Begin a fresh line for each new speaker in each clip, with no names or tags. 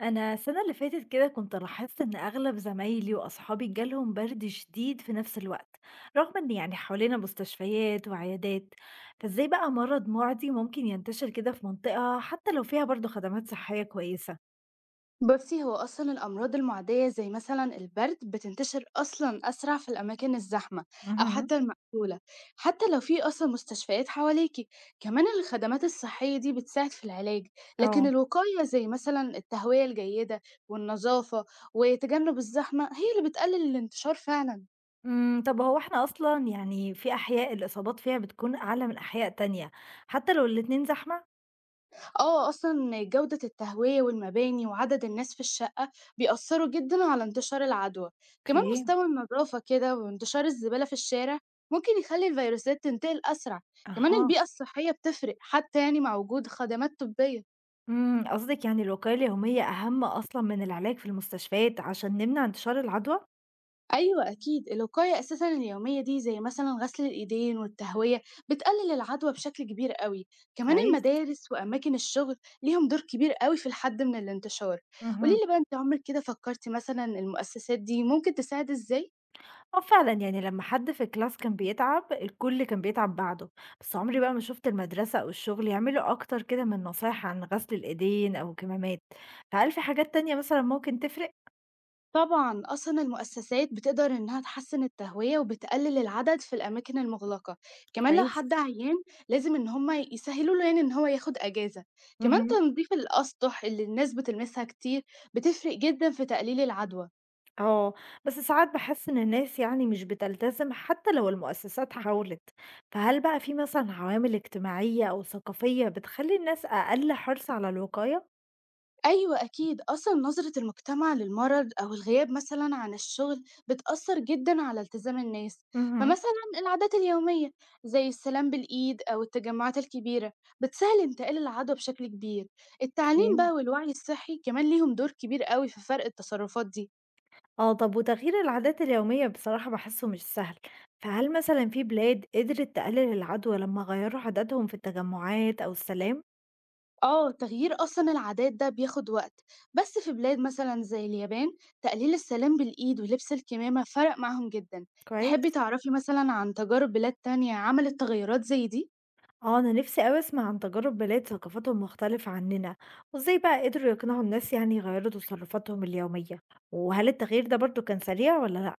أنا السنة اللي فاتت كده كنت لاحظت إن أغلب زمايلي وأصحابي جالهم برد شديد في نفس الوقت رغم إن يعني حوالينا مستشفيات وعيادات فإزاي بقى مرض معدي ممكن ينتشر كده في منطقة حتى لو فيها برضه خدمات صحية كويسة
بصي هو أصلا الأمراض المعدية زي مثلا البرد بتنتشر أصلا أسرع في الأماكن الزحمة أو
مهم.
حتى المقفولة، حتى لو في أصلا مستشفيات حواليكي. كمان الخدمات الصحية دي بتساعد في العلاج، لكن
اه
الوقاية زي مثلا التهوية الجيدة والنظافة وتجنب الزحمة هي اللي بتقلل الانتشار فعلا.
طب هو احنا أصلا يعني في أحياء الإصابات فيها بتكون أعلى من أحياء تانية حتى لو الاتنين زحمة
آه، أصلًا جودة التهوية والمباني وعدد الناس في الشقة بيأثّروا جدًا على انتشار العدوى، كمان
اوكي
مستوى النضافة كده وانتشار الزبالة في الشارع ممكن يخلّي الفيروسات تنتقل أسرع، كمان
اها
البيئة الصحية بتفرق حتى يعني مع وجود خدمات طبية.
قصدك يعني الوقاية اليومية أهم أصلا من العلاج في المستشفيات عشان نمنع انتشار العدوى
أيوة أكيد الوقاية أساسا اليومية دي زي مثلا غسل الإيدين والتهوية بتقلل العدوى بشكل كبير قوي. كمان
كويس
المدارس وأماكن الشغل ليهم دور كبير قوي في الحد من الانتشار.
اهم.
قوليلي بقى أنت عمرك كده فكرتي مثلا المؤسسات دي ممكن تساعد إزاي؟
آه فعلًا، يعني لمّا حد في الclass كان بيتعب، الكل كان بيتعب بعده، بس عمري بقى ما شُفت المدرسة أو الشغل يعملوا أكتر كده من نصايح عن غسل الإيدين أو الكمامات، فهل في حاجات تانية مثلًا ممكن تفرق؟
طبعًا، أصلًا المؤسسات بتقدر إنها تحسّن التهوية وبتقلل العدد في الأماكن المُغلقة، كمان لو
كويس.
حد عيان لازم إن هُم يسهّلوا له يعني إن هو ياخد أجازة، كمان
اهم،
تنضيف الأسطح اللي الناس بتلمسها كتير بتفرق جدًا في تقليل العدوى.
آه، بس ساعات باحس إن الناس يعني مش بتلتزم حتى لو المؤسسات حاولت، فهل بقى في مثلًا عوامل اجتماعية أو ثقافية بتخلّي الناس أقل حرص على الوقاية؟
أيوه أكيد، أصلًا نظرة المجتمع للمرض أو الغياب مثلًا عن الشغل بتأثّر جدًا على التزام الناس،
اهم.
فمثلًا العادات اليومية زي السلام بالإيد أو التجمعات الكبيرة بتسهِّل انتقال العدوى بشكل كبير، التعليم
أوكي.
بقى والوعي الصحي كمان ليهم دور كبير أوي في فرق التصرفات دي.
آه، طب وتغيير العادات اليومية بصراحة باحسّه مش سهل، فهل مثلًا في بلاد قدرت تقلل العدوى لمّا غيّروا عاداتهم في التجمعات أو السلام؟
آه، تغيير أصلًا العادات ده بياخد وقت، بس في بلاد مثلًا زي اليابان تقليل السلام بالإيد ولبس الكمامة فرق معاهم جدًا،
كويس.
تحبي تعرفي مثلًا عن تجارب بلاد تانية عملت تغيرات زي دي؟
آه، أنا نفسي أوي أسمع عن تجارب بلاد ثقافتهم مختلفة عننا، وإزاي بقى قدروا يقنعوا الناس يعني يغيّروا تصرفاتهم اليومية، وهل التغيير ده برضه كان سريع والّا لأ؟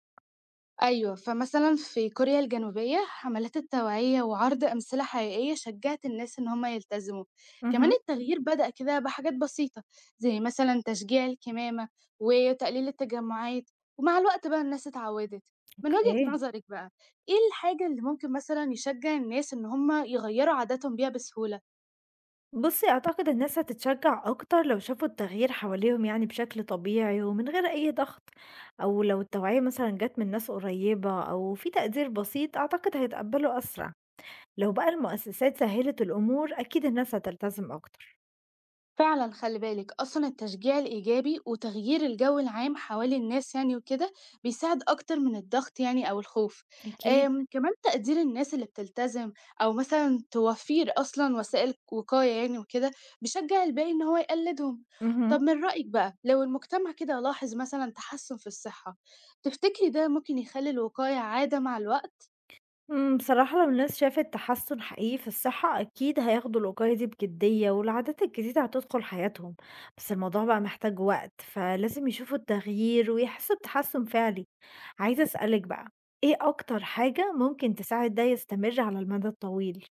أيوه، فمثلًا في كوريا الجنوبية حملات التوعية وعرض أمثلة حقيقية شجّعت الناس إن هم يلتزموا، كمان
اهم.
التغيير بدأ كده بحاجات بسيطة، زي مثلًا تشجيع الكمامة وتقليل التجمعات، ومع الوقت بقى الناس اتعوّدت. من وجهة
أوكي.
نظرِك بقى، إيه الحاجة اللي ممكن مثلًا يشجّع الناس إن هم يغيّروا عاداتهم بيها بسهولة؟
بُصّي، أعتقد الناس هتتشجّع أكتر لو شافوا التغيير حواليهم يعني بشكل طبيعي ومن غير أي ضغط، أو لو التوعية مثلًا جات من ناس قريّبة أو في تقدير بسيط أعتقد هيتقبّلوا أسرع، لو بقى المؤسسات سهّلت الأمور أكيد الناس هتلتزم أكتر.
فعلا خلي بالك اصلا التشجيع الايجابي وتغيير الجو العام حوالي الناس يعني وكده بيساعد اكتر من الضغط يعني او الخوف.
أكيد.
كمان تقدير الناس اللي بتلتزم او مثلا توفير اصلا وسائل وقاية يعني وكده بيشجع الباقي ان هو يقلدهم. طب
اهم.
من رأيك بقى لو المجتمع كده لاحظ مثلا تحسن في الصحة، تفتكري ده ممكن يخلي الوقاية عادة مع الوقت؟
بصراحة لو الناس شافت تحسُّن حقيقي في الصحة، أكيد هياخدوا الوقاية دي بجدية، والعادات الجديدة هتدخل حياتهم، بس الموضوع بقى محتاج وقت، فلازم يشوفوا التغيير ويحسّوا بتحسُّن فعلي. عايزة أسألِك بقى، إيه أكتر حاجة ممكن تساعد ده يستمر على المدى الطويل؟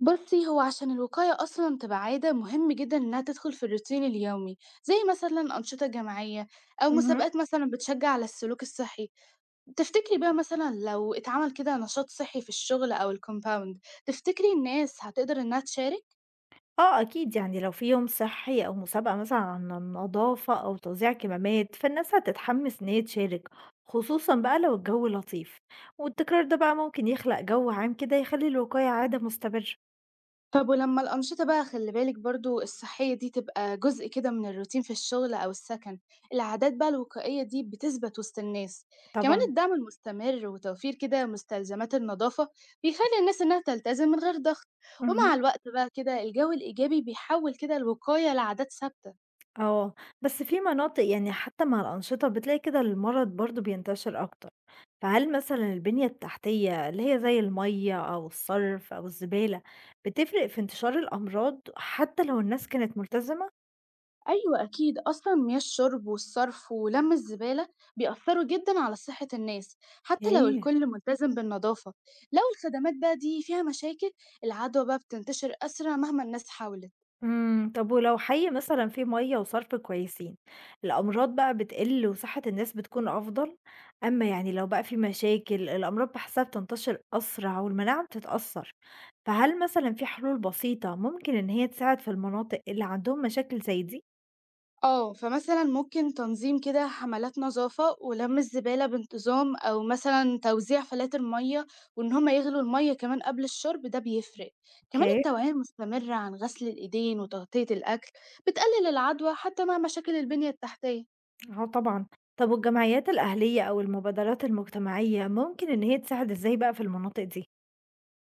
بصي هو عشان الوقاية أصلا تبقى عادة مهم جدا إنها تدخل في الروتين اليومي، زي مثلا أنشطة جماعية أو
اهم.
مسابقات مثلا بتشجع على السلوك الصحي. تفتكري بقى مثلا لو اتعمل كده نشاط صحي في الشغل أو الكومباوند، تفتكري الناس هتقدر إنها تشارك؟
آه أكيد يعني لو في يوم صحي أو مسابقة مثلًا عن النضافة أو توزيع كمامات، فالناس هتتحمس إن هي تشارك، خصوصًا بقى لو الجو لطيف، والتكرار ده بقى ممكن يخلق جو عام كده يخلي الوقاية عادة مستمرة.
طب ولمّا الأنشطة بقى خلّي بالِك برضه الصحية دي تبقى جزء كده من الروتين في الشغل أو السكن، العادات بقى الوقائية دي بتثبت وسط الناس، كمان
طبعا.
الدعم المستمر وتوفير كده مستلزمات النضافة بيخلّي الناس إنها تلتزم من غير ضغط، ومع
اهم.
الوقت بقى كده الجو الإيجابي بيحوّل كده الوقاية لعادات ثابتة.
آه، بس في مناطق يعني حتى مع الأنشطة بتلاقي كده المرض برضه بينتشر أكتر، فهل مثلًا البنية التحتية اللي هي زي المَيّة أو الصرف أو الزبالة بتفرق في انتشار الأمراض حتى لو الناس كانت ملتزمة؟
أيوه أكيد، أصلًا مياه الشرب والصرف ولَمّ الزبالة بيأثّروا جدًا على صحة الناس، حتى لو
أوكي.
الكل ملتزم بالنضافة، لو الخدمات بقى دي فيها مشاكل العدوى بقى بتنتشر أسرع مهما الناس حاولت.
طب ولو حي مثلًا فيه مَيّة وصرف كويسين، الأمراض بقى بتقل وصحة الناس بتكون أفضل؟ أمّا يعني لو بقى فيه مشاكل، الأمراض بحسها بتنتشر أسرع والمناعة بتتأثر، فهل مثلًا فيه حلول بسيطة ممكن إن هي تساعد في المناطق اللي عندهم مشاكل زي دي؟
آه، فمثلًا ممكن تنظيم كده حملات نظافة ولَمّ الزبالة بانتظام، أو مثلًا توزيع فلاتر مَيّة وإن هم يغلوا المَيّة كمان قبل الشرب ده بيفرق، كمان
أوكي.
التوعية المستمرة عن غسل الإيدين وتغطية الأكل بتقلل العدوى حتى مع مشاكل البنية التحتية.
آه طبعًا، طب والجمعيات الأهلية أو المبادرات المجتمعية ممكن إن هي تساعد إزاي بقى في المناطق دي؟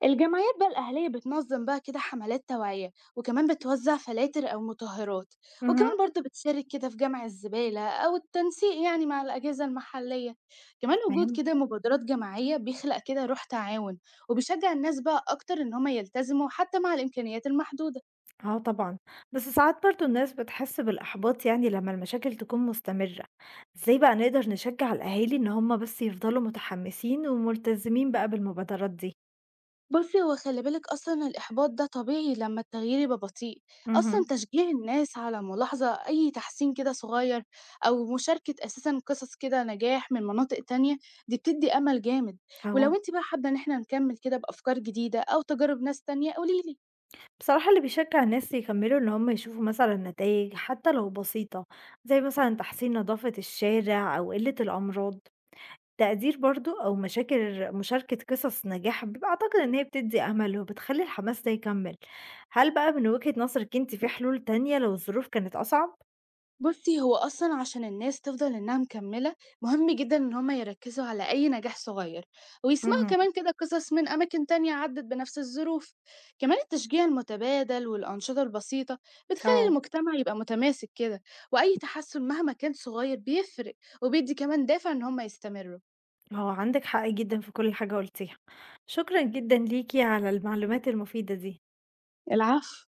الجمعيات بقى الأهلية بتنظم بقى كده حملات توعية وكمان بتوزع فلاتر أو مطهرات وكمان
اهم.
برضه بتشارك كده في جمع الزبالة أو التنسيق يعني مع الأجهزة المحلية، كمان وجود كده مبادرات جماعية بيخلق كده روح تعاون وبيشجع الناس بقى أكتر إن هما يلتزموا حتى مع الإمكانيات المحدودة.
آه طبعًا، بس ساعات برضه الناس بتحس بالإحباط يعني لمّا المشاكل تكون مستمرة، إزاي بقى نقدر نشجع الأهالي إن هُم بس يفضلوا متحمسين وملتزمين بقى بالمبادرات دي؟
بُصّي، هو خلّي بالِك أصلًا الإحباط ده طبيعي لمّا التغيير يبقى بطيء، أصلًا
اهم.
تشجيع الناس على ملاحظة أي تحسين كده صغير أو مشاركة أساسًا قصص كده نجاح من مناطق تانية، دي بتدّي أمل جامد، ولو
آه،
أنتِ بقى حابة إن إحنا نكمّل كده بأفكار جديدة أو تجارب ناس تانية قولي لي.
بصراحة اللي بيشجع الناس يكملوا إن هُم يشوفوا مثلًا نتايج حتى لو بسيطة، زي مثلًا تحسين نضافة الشارع أو قلة الأمراض. تقدير برضه أو مشاكل مشاركة قصص نجاح أعتقد إن هي بتدّي أمل وبتخلّي الحماس ده يكمّل. هل بقى من وجهة نظرِك أنتِ في حلول تانية لو الظروف كانت أصعب؟
بُصّي، هو أصلًا عشان الناس تفضل إنها مكمّلة، مهم جدًا إن هم يركّزوا على أي نجاح صغير، ويسمعوا
اهم،
كمان كده قصص من أماكن تانية عدّت بنفس الظروف. كمان التشجيع المتبادل والأنشطة البسيطة بتخلّي
آه.
المجتمع يبقى متماسك كده، وأي تحسّن مهما كان صغير بيفرق، وبيدّي كمان دافع إن هم يستمروا.
آه، عندِك حق جدًا في كل حاجة قُلتيها. شكرًا جدًا ليكِ على المعلومات المفيدة دي.
العفو.